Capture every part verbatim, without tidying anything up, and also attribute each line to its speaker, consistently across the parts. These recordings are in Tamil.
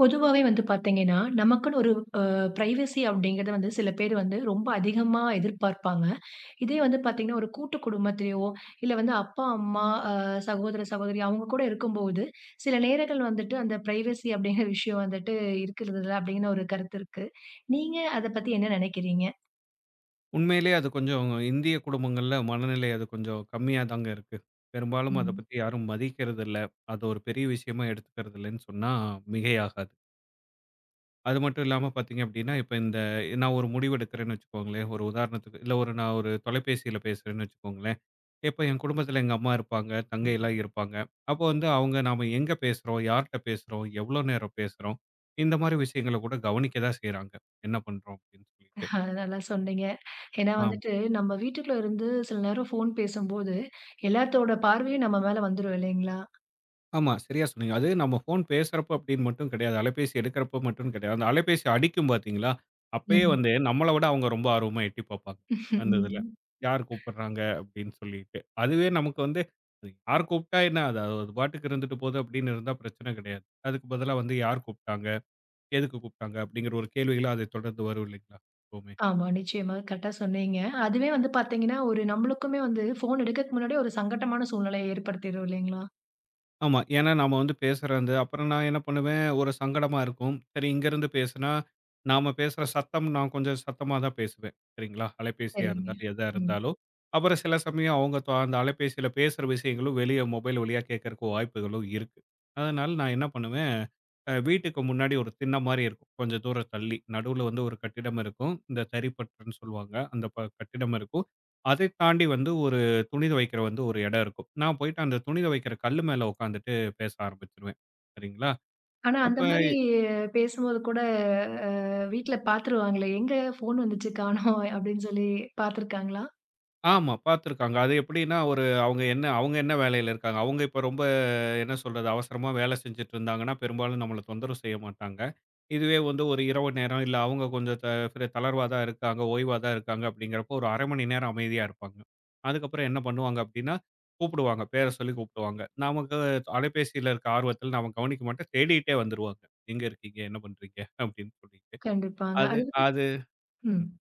Speaker 1: பொதுவாவே வந்து பார்த்தீங்கன்னா, நமக்குன்னு ஒரு அ பிரைவசி அப்படிங்கிறது வந்து சில பேர் வந்து ரொம்ப அதிகமா எதிர்பார்ப்பாங்க. இதே வந்து பார்த்தீங்கன்னா, ஒரு கூட்டு குடும்பத்திலயோ, இல்ல வந்து அப்பா, அம்மா, அ சகோதர, சகோதரி அவங்க கூட இருக்கும்போது, சில நேரங்கள் வந்துட்டு அந்த பிரைவசி அப்படிங்கிற விஷயம் வந்துட்டு இருக்கிறது இல்ல அப்படிங்கிற ஒரு கருத்து இருக்கு. நீங்க அத பத்தி என்ன நெனைக்கிறீங்க?
Speaker 2: உண்மையிலேயே அது கொஞ்சம் இந்திய குடும்பங்கள்ல மனநிலை அது கொஞ்சம் கம்மியா தாங்க இருக்கு. பெரும்பாலும் அத
Speaker 1: ம்.
Speaker 2: பத்தி யாரும் மதிக்கிறதில்ல. அத ஒரு பெரிய விஷயமா எடுத்துக்கிறதில்லன்னு சொன்னா மிகையாகாது. அது மட்டும் இல்லாம பார்த்தீங்க அப்டின்னா, இப்ப இந்த நான் ஒரு முடிவு எடுக்கிறேன்னு வச்சுக்கோங்களேன், ஒரு உதாரணத்துக்கு இல்ல ஒரு நான் ஒரு தொலைபேசியில பேசுறேன்னு வச்சுக்கோங்களேன். இப்ப என் குடும்பத்தில எங்க அம்மா இருப்பாங்க, தங்கைலாம் இருப்பாங்க. அப்போ வந்து அவங்க நாம எங்க பேசுறோம், யார்ட்ட பேசுறோம், எவ்வளோ நேரம் பேசுறோம், இந்த மாரி விஷயங்கள கூட கவனிக்க தான் செய்றாங்க. என்ன பண்றோம் அப்டின்னு சொல்லிட்டு.
Speaker 1: அ நல்லா சொன்னீங்க. ஏன்னா வந்துட்டு நம்ம வீட்டுக்குள்ள இருந்து சில நேரம் ஃபோன் பேசும்போது, எல்லாத்தோட பார்வையும் நம்ம மேல வந்துரும் இல்லைங்களா?
Speaker 2: ஆமா, சரியா சொன்னீங்க. அது நம்ம ஃபோன் பேசுறப்ப அப்படின்னு மட்டும் கிடையாது. அலைபேசி எடுக்கிறப்ப மட்டும் கிடையாது. அந்த அலைபேசி அடிக்கும் பார்த்தீங்களா? அப்பயே
Speaker 1: ம்.
Speaker 2: வந்து நம்மள விட அவங்க ரொம்ப ஆர்வமா எட்டி பார்ப்பாங்க. அந்த இதுல.
Speaker 1: ம்.
Speaker 2: யார் கூப்பிடுறாங்க அப்படின்னு சொல்லிட்டு. அதுவே நமக்கு வந்து அது யார் கூப்பிட்டா என்ன? அது அது பாட்டுக்கு இருந்துட்டு போகுது அப்படின்னு இருந்தா பிரச்சனை கிடையாது. அதுக்கு பதிலா வந்து யார் கூப்பிட்டாங்க? எதுக்கு கூப்பிட்டாங்க? அப்படிங்கிற ஒரு கேள்விகளா அது தொடர்ந்து வரும் இல்லைங்களா? எப்பவுமே.
Speaker 1: ஆமா. நிச்சயமா. கரெக்ட்டா சொன்னீங்க. அதுவே வந்து பார்த்தீங்கன்னா, ஒரு நம்மளுக்குமே வந்து ஃபோன் எடுக்கறக்கு முன்னாடி ஒரு சங்கட்டமான சூழ்நிலைய ஏற்படுத்திரும் இல்லைங்களா?
Speaker 2: ஆமா. ஏன்னா நாம வந்து பேசுறது அப்புறம் நான் என்ன பண்ணுவேன், ஒரு சங்கடமா இருக்கும். சரி இங்கருந்து பேசுனா, நாம பேசுற சத்தம் நான் கொஞ்சம் சத்தமா தான் பேசுவேன். சரிங்களா? அலைபேசியா
Speaker 1: சரிங்க.
Speaker 2: இருந்தாலும், எதா
Speaker 1: ம்.
Speaker 2: இருந்தாலும். அப்புறம் சில சமயம் அவங்க தொ அந்த அலைபேசியில பேசுற விஷயங்களும் வெளிய மொபைல் வழியா கேட்கறக்கு வாய்ப்புகளும் இருக்கு. அதனால நான் என்ன பண்ணுவேன், அ வீட்டுக்கு முன்னாடி ஒரு திண்ணை மாரி இருக்கும். கொஞ்சம் தூரம் தள்ளி. நடுவுல வந்து ஒரு கட்டிடம் இருக்கும். இந்த தரிப்பற்றன்னு சொல்லுவாங்க. அந்த ப கட்டிடம் இருக்கும். அதைத் தாண்டி வந்து ஒரு துணி துவைக்கிற வந்து ஒரு இடம் இருக்கும். நான் போயிட்டு அந்த துணி துவைக்கிற கல்லு மேல உட்காந்துட்டு பேச ஆரம்பிச்சுருவேன். சரிங்களா?
Speaker 1: ஆனா
Speaker 2: அப்ப
Speaker 1: அந்த மாரி பேசும்போது கூட அ வீட்ல பார்த்துருவாங்களே, எங்க ஃபோன் வந்துச்சு காணோம் அப்படின்னு சொல்லி பார்த்துருக்காங்களா?
Speaker 2: ஆமா பார்த்துருக்காங்க. அது எப்படின்னா ஒரு அவங்க என்ன அவங்க என்ன வேலையில இருக்காங்க? அவங்க இப்ப ரொம்ப என்ன சொல்றது? அவசரமா வேலை செஞ்சுட்டு இருந்தாங்கன்னா, பெரும்பாலும் நம்மள தொந்தரவு செய்ய மாட்டாங்க. இதுவே வந்து ஒரு இரவு நேரம், இல்ல அவங்க கொஞ்சம் த ஃப்ர தளர்வா தான் இருக்காங்க, ஓய்வா தான் இருக்காங்க அப்படிங்கிறப்போ, ஒரு அரை மணி நேரம் அமைதியா இருப்பாங்க. அதுக்கப்புறம் என்ன பண்ணுவாங்க அப்படின்னா, கூப்பிடுவாங்க. பேர சொல்லி கூப்பிடுவாங்க. நமக்கு அலைபேசியில இருக்க ஆர்வத்தில நாம கவனிக்க மாட்டோம். தேடிட்டே வந்துருவாங்க. "எங்க இருக்கீங்க? என்ன பண்றீங்க?" அப்படின்னு சொல்லிட்டு.
Speaker 1: கண்டிப்பாங்க.
Speaker 2: அது
Speaker 1: அது
Speaker 2: அது ம்.
Speaker 1: ம்.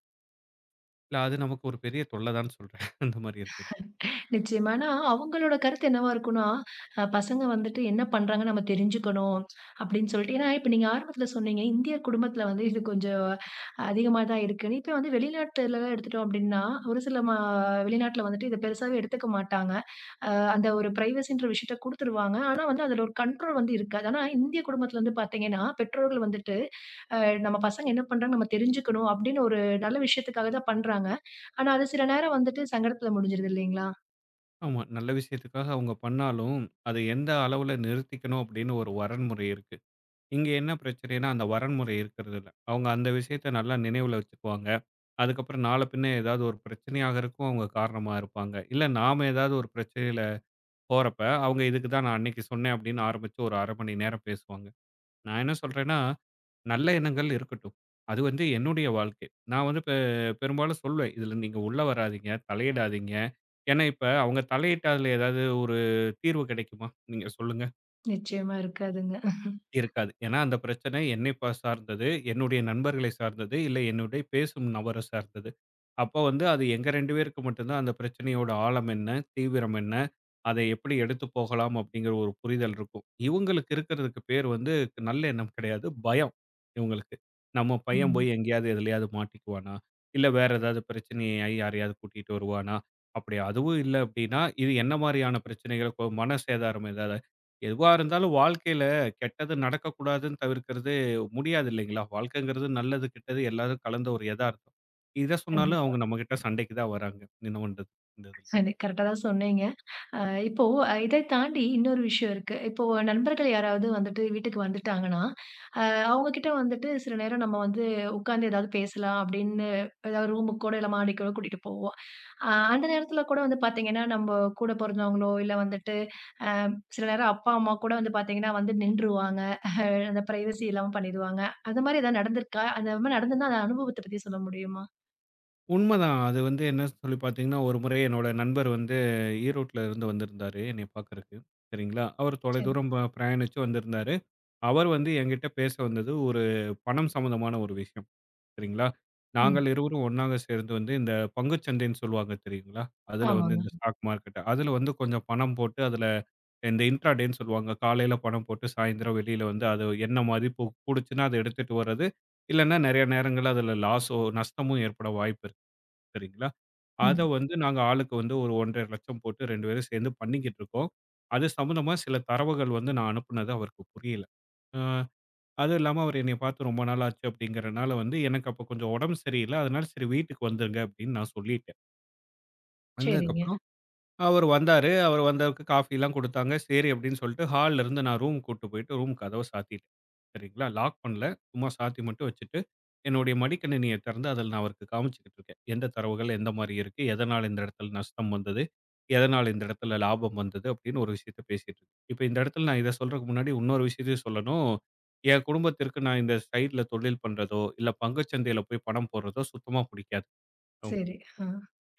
Speaker 2: இல்ல அது நமக்கு ஒரு பெரிய தொல்ல தான் சொல்றேன். அந்த மாரி இருக்குது.
Speaker 1: நிச்சயமா. ஆனா, அவங்களோட கருத்து என்னவா இருக்கும்னா, அ பசங்க வந்துட்டு என்ன பண்றாங்கன்னு நம்ம தெரிஞ்சுக்கணும் அப்படின்னு சொல்லிட்டு ஏன்னா, இப்ப நீங்க ஆரம்பத்துல சொன்னீங்க, இந்திய குடும்பத்துல வந்து இது கொஞ்சம் அதிகமா தான் இருக்குன்னு. இப்ப வந்து வெளிநாட்டுலலாம் எடுத்துட்டோம் அப்படின்னா, ஒரு சில ம வெளிநாட்டுல வந்துட்டு இத பெருசாவே எடுத்துக்க மாட்டாங்க. அஹ் அந்த ஒரு பிரைவசின்ற விஷயத்த குடுத்துருவாங்க. ஆனா வந்து அதுல ஒரு கண்ட்ரோல் வந்து இருக்காது. ஆனா இந்திய குடும்பத்துல வந்து பாத்தீங்கன்னா, பெற்றோர்கள் வந்துட்டு அ நம்ம பசங்க என்ன பண்றாங்கன்னு நம்ம தெரிஞ்சுக்கணும் அப்படின்னு ஒரு நல்ல விஷயத்துக்காக தான் பண்றாங்க. ஆனா, அது சில நேரம் வந்துட்டு சங்கடத்துல முடிஞ்சிருது இல்லைங்களா?
Speaker 2: ஆமா. நல்ல விஷயத்துக்காக அவங்க பண்ணாலும், அத எந்த அளவுல நிறுத்திக்கணும் அப்படின்னு ஒரு வரன்முறை இருக்கு. இங்க என்ன பிரச்சனைன்னா, அந்த வரன்முறை இருக்கிறதில்ல. அவங்க அந்த விஷயத்த நல்லா நினைவுல வச்சுக்குவாங்க. அதுக்கப்புறம் நாள பின்ன ஏதாவது ஒரு பிரச்சனை ஆகறதுக்கும் அவங்க காரணமா இருப்பாங்க. இல்ல நாம ஏதாவது ஒரு பிரச்சனையில போறப்ப, அவங்க இதுக்கு தான் நான் அன்னைக்கு சொன்னேன் அப்படின்னு ஆரம்பிச்சு ஒரு அரை மணி நேரம் பேசுவாங்க. நான் என்ன சொல்றேன்னா, நல்ல எண்ணங்கள் இருக்கட்டும். அது வந்து என்னுடைய வாழ்க்கை. நான் வந்து பெ பெரும்பாலும் சொல்லுவேன். இதுல நீங்க உள்ள வராதீங்க, தலையிடாதீங்க. ஏன்னா இப்ப அவங்க தலையிட்டா அதுல ஏதாவது ஒரு தீர்வு கிடைக்குமா? நீங்க சொல்லுங்க.
Speaker 1: நிச்சயமா இருக்காதுங்க.
Speaker 2: இருக்காது. ஏன்னா அந்த பிரச்சனை என்னை ப சார்ந்தது, என்னுடைய நண்பர்களை சார்ந்தது, இல்ல என்னுடைய பேசும் நபர சார்ந்தது. அப்ப வந்து அது எங்க ரெண்டு பேருக்கு மட்டும் தான் அந்த பிரச்சனையோட ஆழம் என்ன? தீவிரம் என்ன? அதை எப்படி எடுத்து போகலாம்? அப்படிங்கிற ஒரு புரிதல் இருக்கும். இவங்களுக்கு இருக்கிறதுக்கு பேர் வந்து நல்லெண்ணம் கிடையாது. பயம் இவங்களுக்கு. நம்ம பையன்
Speaker 1: ம்.
Speaker 2: போய் எங்கேயாவது எதுலயாவது மாட்டிக்குவானா? இல்ல வேற ஏதாவது பிரச்சனையாயி யாரையாவது கூட்டிட்டு வருவானா? அப்படி அதுவும் இல்ல அப்படின்னா, இது என்ன மாரியான பிரச்சனைகள்? இப்போ மன சேதாரம் ஏதாவது? எதுவா இருந்தாலும் வாழ்க்கையில கெட்டது நடக்கக்கூடாதுன்னு தவிர்க்கிறது முடியாது இல்லைங்களா? வாழ்க்கைங்கிறது நல்லது, கெட்டது எல்லாரும் கலந்த ஒரு எதார்த்தம். இத சொன்னாலும்
Speaker 1: கண்டிப்பா.
Speaker 2: அவங்க நம்மகிட்ட சண்டைக்கு தான் வராங்க. என்ன பண்றது? இந்த இதுல.
Speaker 1: அது கரெக்ட்டா தான் சொன்னீங்க. அ இப்போ அ இதை தாண்டி இன்னொரு விஷயம் இருக்கு. இப்போ நண்பர்கள் யாராவது வந்துட்டு வீட்டுக்கு வந்துட்டாங்கன்னா, அ அவங்க கிட்ட வந்துட்டு சில நேரம் நம்ம வந்து உட்கார்ந்து ஏதாவது பேசலாம் அப்படின்னு ஏதாவது ரூமுக்கு கூட இல்ல மாடிக்கோ கூட்டிட்டு போவோம். அ அந்த நேரத்துல கூட வந்து பார்த்தீங்கன்னா, நம்ம கூட பொறந்தவங்களோ இல்ல வந்துட்டு சில நேரம் அப்பா, அம்மா கூட வந்து பார்த்தீங்கன்னா வந்து நின்றுவாங்க. அந்த பிரைவசி இல்லாம பண்ணிடுவாங்க. அந்த மாரி ஏதாவது நடந்திருக்கா? அந்த மாரி நடந்திருந்தா அந்த அனுபவத்த பத்தி சொல்ல முடியுமா?
Speaker 2: உண்மதான். அது வந்து என்ன சொல்லி பார்த்தீங்கன்னா, ஒரு முறை என்னோட நண்பர் வந்து ஈரோட்ல இருந்து வந்திருந்தாரு என்னைய பார்க்கறக்கு. சரிங்களா? அவர்
Speaker 1: சரி.
Speaker 2: தொலைதூரம் ப பிரயாணிச்சு வந்திருந்தாரு. அவர் வந்து என்கிட்ட பேச வந்தது ஒரு பணம் சம்மந்தமான ஒரு விஷயம். சரிங்களா?
Speaker 1: ம்.
Speaker 2: நாங்கள் இருவரும் ஒண்ணாக சேர்ந்து வந்து இந்த பங்குச் சந்தைன்னு சொல்லுவாங்க தெரியுங்களா? அதுல வந்து
Speaker 1: ஆமாங்க.
Speaker 2: இந்த ஸ்டாக் மார்க்கெட் அதுல வந்து கொஞ்சம் பணம் போட்டு அதுல இந்த இன்ட்ராடேன்னு சொல்லுவாங்க. காலையில பணம் போட்டு சாயந்தரம் வெளியில வந்து அது என்ன மதிப்பு கூடுச்சுன்னா அத எடுத்துட்டு வர்றது. இல்லன்னா நெறைய நேரங்கள்ல அதுல லாஸோ, நஷ்டமும் ஏற்பட வாய்ப்பு இருக்கு. சரிங்களா? அத
Speaker 1: ம்.
Speaker 2: வந்து நாங்க ஆளுக்கு வந்து ஒரு 1,50,000 போட்டு ரெண்டு பேரும் சேர்ந்து பண்ணிக்கிட்டு இருக்கோம். அது சம்பந்தமா சில தரவுகள் வந்து நான் அனுப்புனது அவருக்கு புரியல. அ அதுவும் இல்லாம அவரு என்னைய பார்த்து ரொம்ப நாள் ஆச்சு அப்படிங்கிறனால வந்து, எனக்கு அப்ப கொஞ்சம் உடம்பு சரியில்ல. அதனால சரி வீட்டுக்கு வந்துருங்க அப்படின்னு நான் சொல்லிட்டேன்.
Speaker 1: சரிங்க.
Speaker 2: வந்ததுக்கப்புறம், அவரு வந்தாரு. அவரு வந்தவருக்கு காஃபிலாம் குடுத்தாங்க. சரி அப்படின்னு சொல்லிட்டு ஹால்ல இருந்து நான் ரூம் கூட்டு போயிட்டு ரூம் கதவ சாத்திட்டேன். சரிங்களா? லாக் பண்ணல. சும்மா சாத்தி மட்டும் வச்சுட்டு, என்னுடைய மடிக்கணினிய திறந்து அதில நான் அவருக்கு காமிச்சுக்கிட்டு இருக்கேன். எந்த தரவுகள் எந்த மாரி இருக்கு? எதனால இந்த இடத்துல நஷ்டம் வந்தது? எதனால இந்த இடத்துல லாபம் வந்தது? அப்படின்னு ஒரு விஷயத்த பேசிட்டு இருக்கேன். இப்ப இந்த இடத்துல நான் இத சொல்றதுக்கு முன்னாடி இன்னொரு விஷயத்தையும் சொல்லணும். என் குடும்பத்திற்கு நான் இந்த சைட்ல தொழில் பண்றதோ, இல்ல பங்குச்சந்தையில போய் பணம் போடுறதோ சுத்தமா பிடிக்காது. அவுங்களுக்கு.
Speaker 1: சரி. ஆ.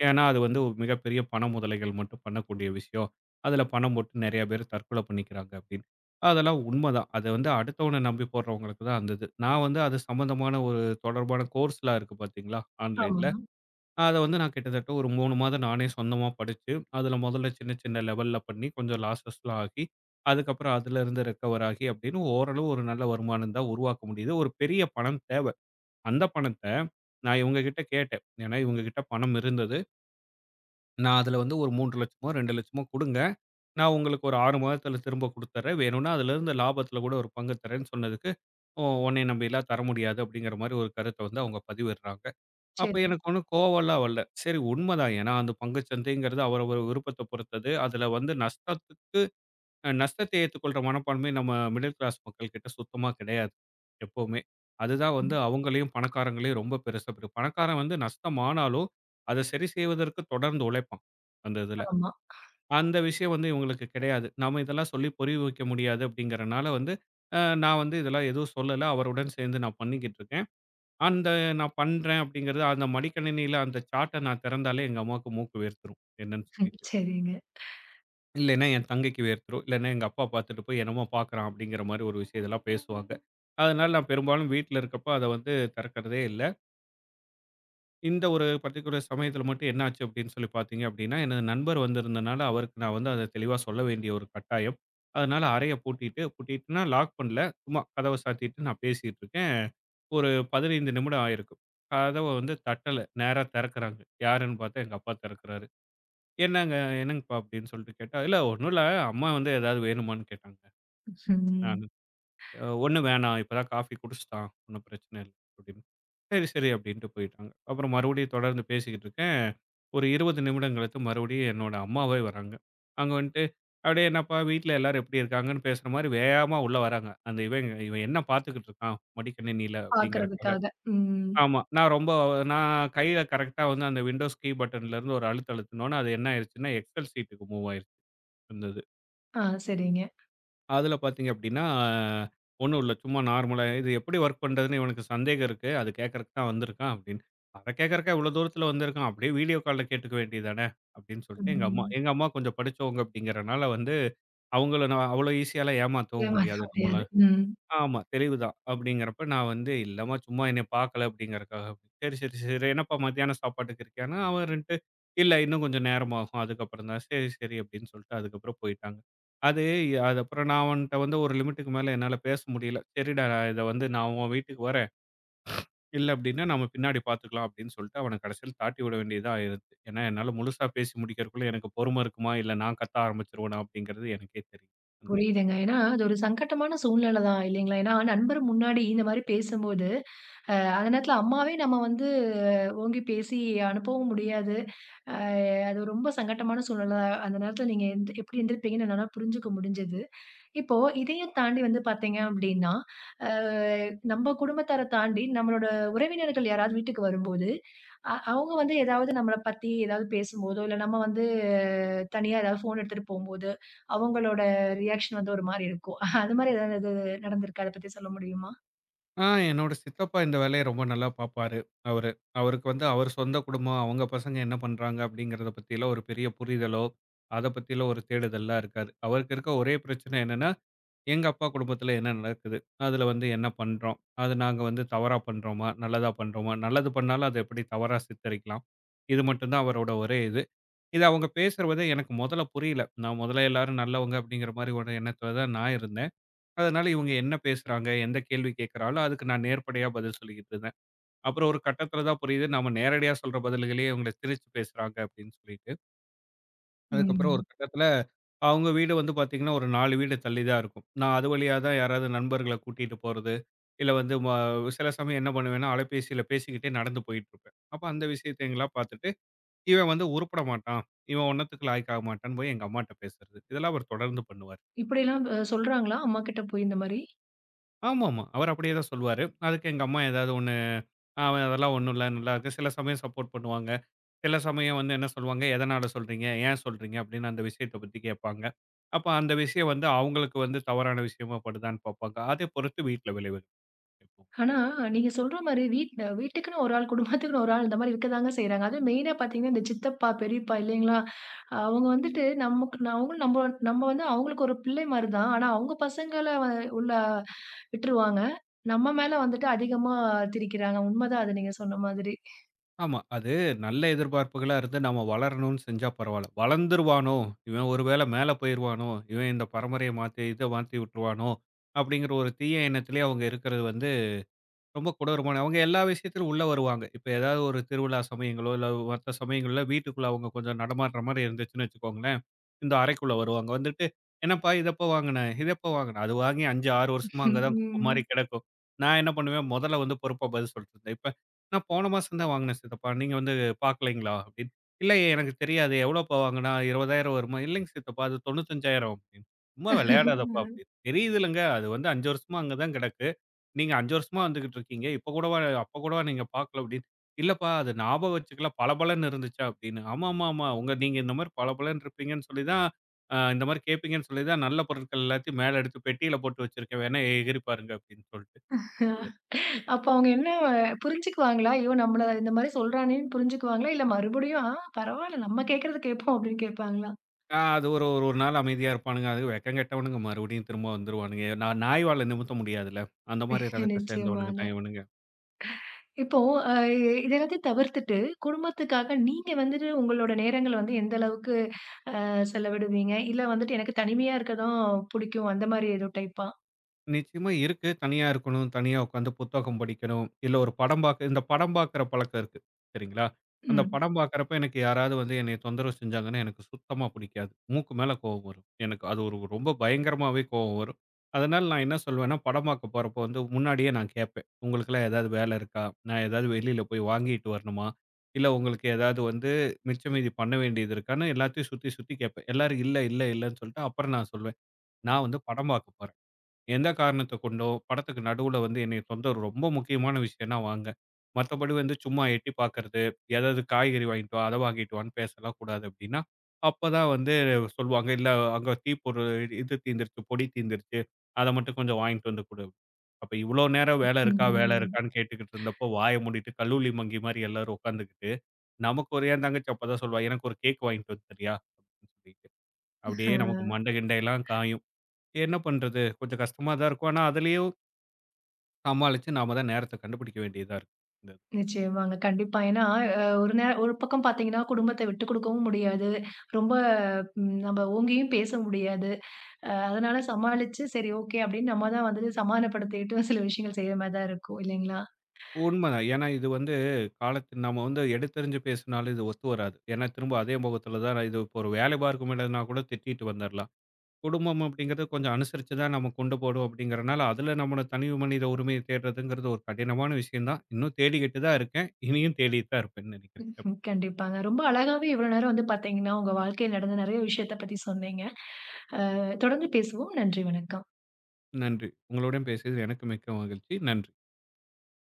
Speaker 2: ஏன்னா, அது வந்து ஒரு மிகப்பெரிய பண முதலைகள் மட்டும் பண்ணக்கூடிய விஷயம். அதில பணம் போட்டு நெறைய பேர் தற்கொலை பண்ணிக்கிறாங்க அப்படின்னு. அதெல்லாம் உண்மதான். அது வந்து அடுத்தவன நம்பி போடுறவங்களுக்கு தான் அந்த இது. நான் வந்து அது சம்மந்தமான ஒரு தொடர்பான கோர்ஸ்லாம் இருக்கு பார்த்தீங்களா, ஆன்லைன்ல.
Speaker 1: ஆமாங்க.
Speaker 2: அத வந்து நான் கிட்டத்தட்ட ஒரு மூணு மாதம் நானே சொந்தமா படிச்சு, அதில முதல்ல சின்ன சின்ன லெவல்ல பண்ணி கொஞ்சம் லாஸஸ்லாம் ஆகி, அதுக்கப்புறம் அதிலருந்து ரெக்கவர் ஆகி அப்படின்னு ஓரளவு ஒரு நல்ல வருமானம் தான் உருவாக்க முடியுது. ஒரு பெரிய பணம் தேவை. அந்த பணத்த நான் இவங்ககிட்ட கேட்டேன். ஏன்னா இவங்ககிட்ட பணம் இருந்தது. நான் அதுல வந்து ஒரு மூன்று லட்சமோ, ரெண்டு லட்சமோ குடுங்க. நான் உங்களுக்கு ஒரு ஆறு மாதத்துல திரும்ப குடுத்துர்றேன். வேணும்னா அதுலருந்து லாபத்துல கூட ஒரு பங்கு தர்றேன்னு சொன்னதுக்கு, "ஓ உன்னைய நம்பிலாம் தர முடியாது." அப்படிங்கிற மாரி ஒரு கருத்த வந்து அவங்க பதிவிடுறாங்க. அப்ப
Speaker 1: சரி.
Speaker 2: எனக்கு ஒண்ணும் கோவம்லாம் வரல. சரி உண்மதான். ஏன்னா அந்த பங்குச்சந்தைங்கிறது அவரவர் விருப்பத்த பொறுத்தது. அதுல வந்து நஷ்டத்துக்கு அ நஷ்டத்தை ஏற்றுக்கொள்ற மனப்பான்மை நம்ம மிடில் கிளாஸ் மக்கள்கிட்ட சுத்தமா கிடையாது, எப்பவுமே. அதுதான் வந்து
Speaker 1: ம்.
Speaker 2: அவங்களையும், பணக்காரங்களையும் ரொம்ப பெருசா பிரிக்கும். பணக்காரன் வந்து நஷ்டம் ஆனாலும், அத சரி செய்வதற்கு தொடர்ந்து உழைப்பான், அந்த இதுல.
Speaker 1: ஆமா.
Speaker 2: அந்த விஷயம் வந்து இவங்களுக்கு கிடையாது. நாம இதெல்லாம் சொல்லி புரிய வைக்க முடியாது அப்படிங்கிறனால வந்து, அ நான் வந்து இதெல்லாம் எதுவும் சொல்லல. அவருடன் சேர்ந்து நான் பண்ணிக்கிட்டு இருக்கேன். அந்த நான் பண்றேன் அப்படிங்கிறது அந்த மடிக்கணினியில அந்த சார்ட்ட நான் திறந்தாலே எங்க அம்மாவுக்கு மூக்கு வேர்த்துரும். என்னன்னு
Speaker 1: ம்.
Speaker 2: சொல்லிட்டு.
Speaker 1: சரிங்க.
Speaker 2: இல்லைன்னா, என் தங்கைக்கு வேர்த்துரும். இல்லைன்னா, எங்க அப்பா பார்த்துட்டு போய் என்னமோ பார்க்குறான் அப்படிங்கிற மாரி ஒரு விஷயம் இதெல்லாம் பேசுவாங்க. அதனால நான் பெரும்பாலும் வீட்ல இருக்கப்ப அத வந்து திறக்கிறதே இல்ல. இந்த ஒரு பர்ட்டிகுலர் சமயத்துல மட்டும் என்ன ஆச்சு அப்படின்னு சொல்லி பார்த்தீங்க அப்படின்னா, எனது நண்பர் வந்திருந்தனால அவருக்கு நான் வந்து அத தெளிவா சொல்ல வேண்டிய ஒரு கட்டாயம். அதனால அறைய பூட்டிட்டு பூட்டிட்டுனா லாக் பண்ணல. சும்மா கதவ சாத்திட்டு நான் பேசிட்டு இருக்கேன். ஒரு பதினைந்து நிமிடம் ஆயிருக்கும். கதவ வந்து தட்டல. நேரா திறக்குறாங்க. யாருன்னு பார்த்தா எங்க அப்பா திறக்குறாரு. என்னங்க என்னங்கப்பா அப்படின்னு சொல்லிட்டு கேட்டா, "இல்ல ஒண்ணும் இல்ல. அம்மா வந்து ஏதாவது வேணுமான்னு கேட்டாங்க."
Speaker 1: ம்.
Speaker 2: நானு, "அ ஒண்ணும் வேணாம். இப்பதான் காஃபி குடிச்சுட்டான். ஒண்ணும் பிரச்சனை இல்ல." அப்படின்னு. "சரி, சரி." அப்படின்ட்டு போயிட்டாங்க. அப்புறம் மறுபடியும் தொடர்ந்து பேசிக்கிட்டு இருக்கேன். ஒரு இருபது நிமிடம் கழித்து மறுபடியும் என்னோட அம்மாவே வராங்க. அங்க வந்துட்டு, "அப்படியே என்னப்பா வீட்ல எல்லாரும் எப்படி இருக்காங்கன்னு?" பேசுற மாதிரி வேகமா உள்ள வராங்க. அந்த இவன் இவன் என்ன பார்த்துக்கிட்டு இருக்கான் மடிக்கணினியில அப்படிங்கிறதுக்காக.
Speaker 1: பாக்குறதுக்காக. ம்.
Speaker 2: ஆமா. நான் ரொம்ப நான் கையில கரெக்ட்டா வந்து அந்த விண்டோஸ் கீ பட்டன்ல இருந்து ஒரு அழுத்து அழுத்துனோனே, அது என்ன ஆயிருச்சுன்னா எக்ஸெல் சீட்டுக்கு மூவ் ஆயிருச்சு. இருந்தது.
Speaker 1: ஆ சரிங்க.
Speaker 2: அதுல பார்த்தீங்க அப்படின்னா, ஒண்ணும் இல்ல. சும்மா நார்மலா இது எப்படி வொர்க் பண்றதுன்னு இவனுக்கு சந்தேகம் இருக்கு. அது கேட்கறக்கு தான் வந்திருக்கான் அப்படின்னு. அத கேட்கறக்கா இவ்வளோ தூரத்துல வந்திருக்கான். அப்படியே வீடியோ கால்ல கேட்டுக்க வேண்டியது தானே அப்படின்னு சொல்லிட்டு எங்க அம்மா
Speaker 1: ம்.
Speaker 2: எங்க அம்மா கொஞ்சம் படிச்சவங்க அப்படிங்கிறனால வந்து அவங்கள நான் அவ்வளோ ஈஸியாலாம் ஏமாத்தவும்
Speaker 1: ஏமாத்த
Speaker 2: முடியாது
Speaker 1: முடியாது.
Speaker 2: நம்மளால.
Speaker 1: ம்.
Speaker 2: ஆமா. தெளிவுதான். அப்படிங்கிறப்ப நான் வந்து, "இல்லம்மா, சும்மா என்னைய பார்க்கல" அப்படிங்கிறக்காக. "சரி, சரி, சரி. என்னப்பா மத்தியான சாப்பாட்டுக்கு இருக்கியான்னா?" அவருன்ட்டு, "இல்ல, இன்னும் கொஞ்சம் நேரமாகும். அதுக்கப்புறம் தான்." "சரி, சரி." அப்படின்னு சொல்லிட்டு அதுக்கப்புறம் போயிட்டாங்க. அது அதுக்கப்புறம் நான் அவன்ட்ட வந்து ஒரு லிமிட்டுக்கு மேல என்னால பேச முடியல. "சரிடா, இத வந்து நான் உன் வீட்டுக்கு வரேன். இல்ல அப்படின்னா, நம்ம பின்னாடி பார்த்துக்கலாம்." அப்படின்னு சொல்லிட்டு அவன கடைசியில தாட்டி விட வேண்டியதா ஆயிருச்சு. ஏன்னா, என்னால முழுசா பேசி முடிக்கிறதுக்குள்ள எனக்கு பொறுமை இருக்குமா? இல்ல நான் கத்த ஆரம்பிச்சுருவேனா? அப்படிங்கிறது எனக்கே தெரியும்.
Speaker 1: புரியுதுங்க. ஏன்னா, அது ஒரு சங்கட்டமான சூழ்நிலை தான் இல்லைங்களா? ஏன்னா, நண்பர் முன்னாடி இந்த மாரி பேசும்போது, அ அந்த நேரத்துல அம்மாவே நம்ம வந்து ஓங்கி பேசி அனுப்பவும் முடியாது. அ அது ரொம்ப சங்கட்டமான சூழ்நிலை. அந்த நேரத்துல நீங்க எந் எப்படி எந்திருப்பீங்கன்னு என்னால புரிஞ்சுக்க முடிஞ்சது. இப்போ இதையும் தாண்டி வந்து பார்த்தீங்க அப்டின்னா, அ நம்ம குடும்பத்தார தாண்டி நம்மளோட உறவினர்கள் யாராவது வீட்டுக்கு வரும்போது, அ அவங்க வந்து ஏதாவது நம்மள பத்தி ஏதாவது பேசும்போதோ, இல்ல நம்ம வந்து தனியா ஏதாவது ஃபோன் எடுத்துட்டு போம்போது, அவங்களோட ரியாக்ஷன் வந்து ஒரு மாரி இருக்கும். அது மாரி ஏதாவது நடந்திருக்கா? அத பத்தி சொல்ல முடியுமா?
Speaker 2: ஆ என்னோட சித்தப்பா இந்த வேலைய ரொம்ப நல்லா பார்ப்பாரு அவரு. அவருக்கு வந்து அவர் சொந்த குடும்பம், அவங்க பசங்க என்ன பண்றாங்க அப்படிங்கிறத பத்திலாம் ஒரு பெரிய புரிதலோ, அத பத்திலாம் ஒரு தேடுதல்லாம் இருக்காது. அவருக்கு இருக்க ஒரே பிரச்சனை என்னன்னா, எங்க அப்பா குடும்பத்துல என்ன நடக்குது? அதுல வந்து என்ன பண்றோம்? அது நாங்க வந்து தவறா பண்றோமா? நல்லதா பண்றோமா? நல்லது பண்ணாலும் அத எப்படி தவறா சித்தரிக்கலாம்? இது மட்டும் தான் அவரோட ஒரே இது. இது அவங்க பேசுறது எனக்கு முதல்ல புரியல. நான் முதல்ல எல்லாரும் நல்லவங்க அப்படிங்கிற மாரி ஒரு எண்ணத்துல தான் நான் இருந்தேன். அதனால இவங்க என்ன பேசுறாங்க, எந்த கேள்வி கேட்கிறாலும், அதுக்கு நான் நேர்படையா பதில் சொல்லிக்கிட்டு இருந்தேன். அப்புறம் ஒரு கட்டத்தில தான் புரியுது, நம்ம நேரடியா சொல்ற பதில்களையே இவங்கள திணிச்சு பேசுறாங்க அப்படின்னு சொல்லிட்டு. அதுக்கப்புறம் ஒரு
Speaker 1: ம்.
Speaker 2: கட்டத்தில அவங்க வீடு வந்து பார்த்தீங்கன்னா, ஒரு நாலு வீடு தள்ளி தான் இருக்கும். நான் அது வழியா தான் யாராவது நண்பர்கள கூட்டிட்டு போறது, இல்ல வந்து ம சில சமயம் என்ன பண்ணுவேன்னா, அலைபேசியில பேசிக்கிட்டே நடந்து போயிட்டு இருப்பேன். அப்ப அந்த விஷயத்தைலாம் பார்த்துட்டு, இவன் வந்து உருப்பட மாட்டான், இவன் ஒன்னத்துக்கு லாயக்கு ஆக மாட்டான்னு போய் எங்க அம்மாட்ட பேசுறது. இதெல்லாம் அவர் தொடர்ந்து பண்ணுவாரு.
Speaker 1: இப்படிலாம் அ சொல்றாங்களா? அம்மாகிட்ட போய் இந்த மாரி?
Speaker 2: ஆமாமா. அவர் அப்படியே தான் சொல்லுவாரு. அதுக்கு எங்க அம்மா ஏதாவது ஒண்ணு, "அ அதெல்லாம் ஒண்ணும் இல்ல. நல்லா இருக்கு." சில சமயம் சப்போர்ட் பண்ணுவாங்க. சில சமயம் வந்து என்ன சொல்லுவாங்க, "எதனால சொல்றீங்க? ஏன் சொல்றீங்க?" அப்படின்னு அந்த விஷயத்த பத்தி கேட்பாங்க. அப்ப அந்த விஷயம் வந்து அவங்களுக்கு வந்து தவறான விஷயமா படுதான்னு பார்ப்பாங்க. அதைப் பொறுத்து வீட்ல விளைவுகள் இருக்கும்.
Speaker 1: ஆனா, நீங்க சொல்ற மாரி வீட்ல வீட்டுக்குன்னு ஒரு ஆள், குடும்பத்துக்குன்னு ஒரு ஆள் இந்த மாரி இருக்கதாங்க செய்றாங்க. அதுவும் மெயினா பார்த்தீங்கன்னா, இந்த சித்தப்பா, பெரியப்பா இல்லைங்களா? அவங்க வந்துட்டு நமக்கு ந- அவங்களும் நம்ம நம்ம வந்து அவங்களுக்கு ஒரு பிள்ளை மாரி தான். ஆனா, அவங்க பசங்கள வ உள்ள விட்டுருவாங்க. நம்ம மேல வந்துட்டு அதிகமா திரிக்கிறாங்க. உண்மதான் அது நீங்க சொன்ன மாதிரி.
Speaker 2: ஆமா. அது நல்ல எதிர்பார்ப்புகளா இருந்து நாம வளரணும்னு செஞ்சா பரவால்ல. வளர்ந்துருவானோ, இவன் ஒருவேளை மேல போயிருவானோ, இவன் இந்த பரம்பரைய மாத்தி, இத மாத்தி விட்டுருவானோ அப்படிங்கிற ஒரு தீய எண்ணத்திலேயே அவங்க இருக்கிறது வந்து ரொம்ப கொடூரமான அவங்க எல்லா விஷயத்திலும் உள்ள வருவாங்க. இப்ப ஏதாவது ஒரு திருவிழா சமயங்களோ, இல்ல மத்த சமயங்கள்ல வீட்டுக்குள்ள அவங்க கொஞ்சம் நடமாடுற மாரி இருந்துச்சுன்னு வச்சுக்கோங்களேன், இந்த அறைக்குள்ள வருவாங்க. வந்துட்டு, "என்னப்பா இது எப்ப வாங்குன? இது எப்ப வாங்குன?" அது வாங்கி அஞ்சு, ஆறு வருஷமா அங்க தான் குப்ப மாரி
Speaker 1: ம்.
Speaker 2: கிடக்கும். நான் என்ன பண்ணுவேன், முதல்ல வந்து பொறுப்பா பதில் சொல்லிட்டு இருந்தேன். இப்ப, "நான் போன மாசம் தான் வாங்குனேன் சித்தப்பா. நீங்க வந்து பார்க்கலைங்களா?" அப்படின்னு. "இல்லையே எனக்கு தெரியாது. எவ்வளோப்பா வாங்குனா? இருபதாயிரம் வருமா?" "இல்லைங்க சித்தப்பா அது தொண்ணூற்றி ஐந்தாயிரம்" அப்படின்னு. "சும்மா விளையாடாதப்பா" அப்படின்னு. "தெரியுதுல்லங்க அது வந்து அஞ்சு வருஷமா அங்க தான் கிடக்கு. நீங்க அஞ்சு வருஷமா வந்துகிட்டு இருக்கீங்க. இப்ப கூடவா அப்ப கூடவா நீங்க பார்க்கல அப்படின்னு. இல்லப்பா அது ஞாபகம் வச்சுக்கல பளபளன்னு இருந்துச்சா அப்படின்னு. ஆமாமாமா. உங்க நீங்க இந்த மாரி பளபளன்னு இருப்பீங்கன்னு சொல்லி தான் அ இந்த மாரி கேட்பீங்கன்னு சொல்லி தான் நல்ல பொருட்கள் எல்லாத்தையும் மேல எடுத்து பெட்டியில போட்டு வச்சிருக்கேன். வேணா எகிறி பாருங்க அப்படின்னு சொல்லிட்டு.
Speaker 1: ம். அப்ப அவங்க என்ன புரிஞ்சுக்குவாங்களா? ஐயோ! நம்மள இந்த மாரி சொல்றானேன்னு புரிஞ்சுக்குவாங்களா? இல்ல மறுபடியும், ஆ பரவால்ல நம்ம கேட்கறத கேட்போம் அப்படின்னு கேட்பாங்களா?
Speaker 2: அ அது ஒரு ஒரு ஒரு நாள் அமைதியா இருப்பானுங்க. அது வெக்கம் கெட்டவனுங்க மறுபடியும் திரும்ப வந்துருவானுங்க. நான் நாய் வால நிமித்த முடியாதுல்ல. அந்த மாரி ரகத்த சேர்ந்தவனுங்க
Speaker 1: நிச்சயமாங்க.
Speaker 2: தான் இவனுங்க.
Speaker 1: இப்போ அ இது எல்லாத்தையும் தவிர்த்துட்டு, குடும்பத்துக்காக நீங்க வந்துட்டு உங்களோட நேரங்கள வந்து எந்த அளவுக்கு அ செலவிடுவீங்க? இல்ல வந்துட்டு எனக்கு தனிமையா இருக்க தான் புடிக்கும். அந்த மாரி ஏதோ டைப்பா?
Speaker 2: நிச்சயமா இருக்கு. தனியா இருக்கணும். தனியா உட்காந்து புத்தகம் படிக்கணும். இல்ல ஒரு படம் பார்க்க இந்த படம் பார்க்குற பழக்கம் இருக்கு. சரிங்களா? அந்த
Speaker 1: ம்.
Speaker 2: படம் பார்க்குறப்ப எனக்கு யாராவது வந்து என்னைய தொந்தரவு செஞ்சாங்கன்னா, எனக்கு சுத்தமா பிடிக்காது. மூக்கு மேல கோவம் வரும். எனக்கு அது ஒரு ரொம்ப பயங்கரமாவே கோவம் வரும். அதனால நான் என்ன சொல்வேன்னா, படம் பார்க்க போறப்போ வந்து முன்னாடியே நான் கேட்பேன். "உங்களுக்கெல்லாம் ஏதாவது வேலை இருக்கா? நான் ஏதாவது வெளியில போய் வாங்கிட்டு வரணுமா? இல்ல உங்களுக்கு ஏதாவது வந்து மிச்ச மீதி பண்ண வேண்டியது இருக்கான்னு?" எல்லாத்தையும் சுத்தி, சுத்தி கேட்பேன். எல்லாரும் இல்ல, இல்ல, இல்லன்னு சொல்லிட்டு அப்புறம் நான் சொல்வேன். "நான் வந்து படம் பார்க்க போறேன்." எந்த காரணத்த கொண்டோ, படத்துக்கு நடுவுல வந்து என்னைய தொந்தரவு ரொம்ப முக்கியமான விஷயம்னா வாங்க. மத்தபடி வந்து சும்மா எட்டி பார்க்கறது, ஏதாவது காய்கறி வாங்கிட்டு வா, அத வாங்கிட்டு வான்னு பேசலாம் கூடாது அப்டின்னா, அப்பதான் வந்து சொல்லுவாங்க, "இல்ல அங்க தீப்பொருள் இது தீந்துருச்சு, பொடி தீந்துருச்சு. அத மட்டும் கொஞ்சம் வாங்கிட்டு வந்து குடு." அப்ப இவ்ளோ நேரம் வேல இருக்கா, வேல
Speaker 1: ம்.
Speaker 2: இருக்கான்னு கேட்டுக்கிட்டு இருந்தப்போ, வாய மூடிட்டு கல்லூலி மங்கி மாரி எல்லாரும் உட்காந்துக்கிட்டு, நமக்கு ஒரு என் தங்கச்சி அப்பதான் சொல்லுவா, "எனக்கு ஒரு கேக் வாங்கிட்டு வந்து தரியா?" அப்டின்னு சொல்லிட்டு. அப்டியே நமக்கு
Speaker 1: ஆ
Speaker 2: மண்டை கிண்டையெல்லாம் காயும். என்ன பண்றது? கொஞ்சம் கஷ்டமா தான் இருக்கும். ஆனா, அதிலயும் சமாளிச்சு நாம தான் நேரத்த கண்டுபிடிக்க வேண்டியதா இருக்கு. இந்த
Speaker 1: நிச்சயமாங்க. கண்டிப்பா. ஏன்னா, அ ஒரு நே ஒரு பக்கம் பாத்தீங்கன்னா, குடும்பத்த விட்டுக் குடுக்கவும் முடியாது. ரொம்ப ம் நம்ம ஓங்கியும் பேச முடியாது. அ அதனால சமாளிச்சு, சரி ஓகே அப்படின்னு நம்ம தான் வந்துட்டு சமாதானப்படுத்திட்டு சில விஷயங்கள் செய்ற மாரி தான் இருக்கும். இல்லைங்களா?
Speaker 2: உண்மதான். ஏன்னா, இது வந்து காலத்து நம்ம வந்து எடுத்தெரிஞ்சு பேசினாலும் இது ஒத்து வராது. ஏன்னா, திரும்ப அதே முகத்துல தான் இது இப்போ ஒரு வேலை பார்க்கும் இடம்னா கூட திட்டிட்டு வந்துரலாம். குடும்பம் அப்படிங்கிறது கொஞ்சம் அனுசரிச்சு தான் நம்ம கொண்டு போறோம் அப்படிங்கிறனால, அதில நம்மளோட தனி மனித உரிமைய தேடுறதுங்கிறது ஒரு கடினமான விஷயம் தான். இன்னும் தேடிக்கிட்டு தான் இருக்கேன். இனியும் தேடிட்டு தான் இருப்பேன்னு நினைக்கிறேன்.
Speaker 1: ம். கண்டிப்பாங்க. ரொம்ப அழகாவே இவ்வளோ நேரம் வந்து பார்த்தீங்கன்னா, உங்க வாழ்க்கையில நடந்த நெறைய விஷயத்த பத்தி சொன்னீங்க. அ தொடர்ந்து பேசுவோம். நன்றி, வணக்கம்.
Speaker 2: நன்றி. உங்களுடன் பேசியது எனக்கு மிக்க மகிழ்ச்சி. நன்றி.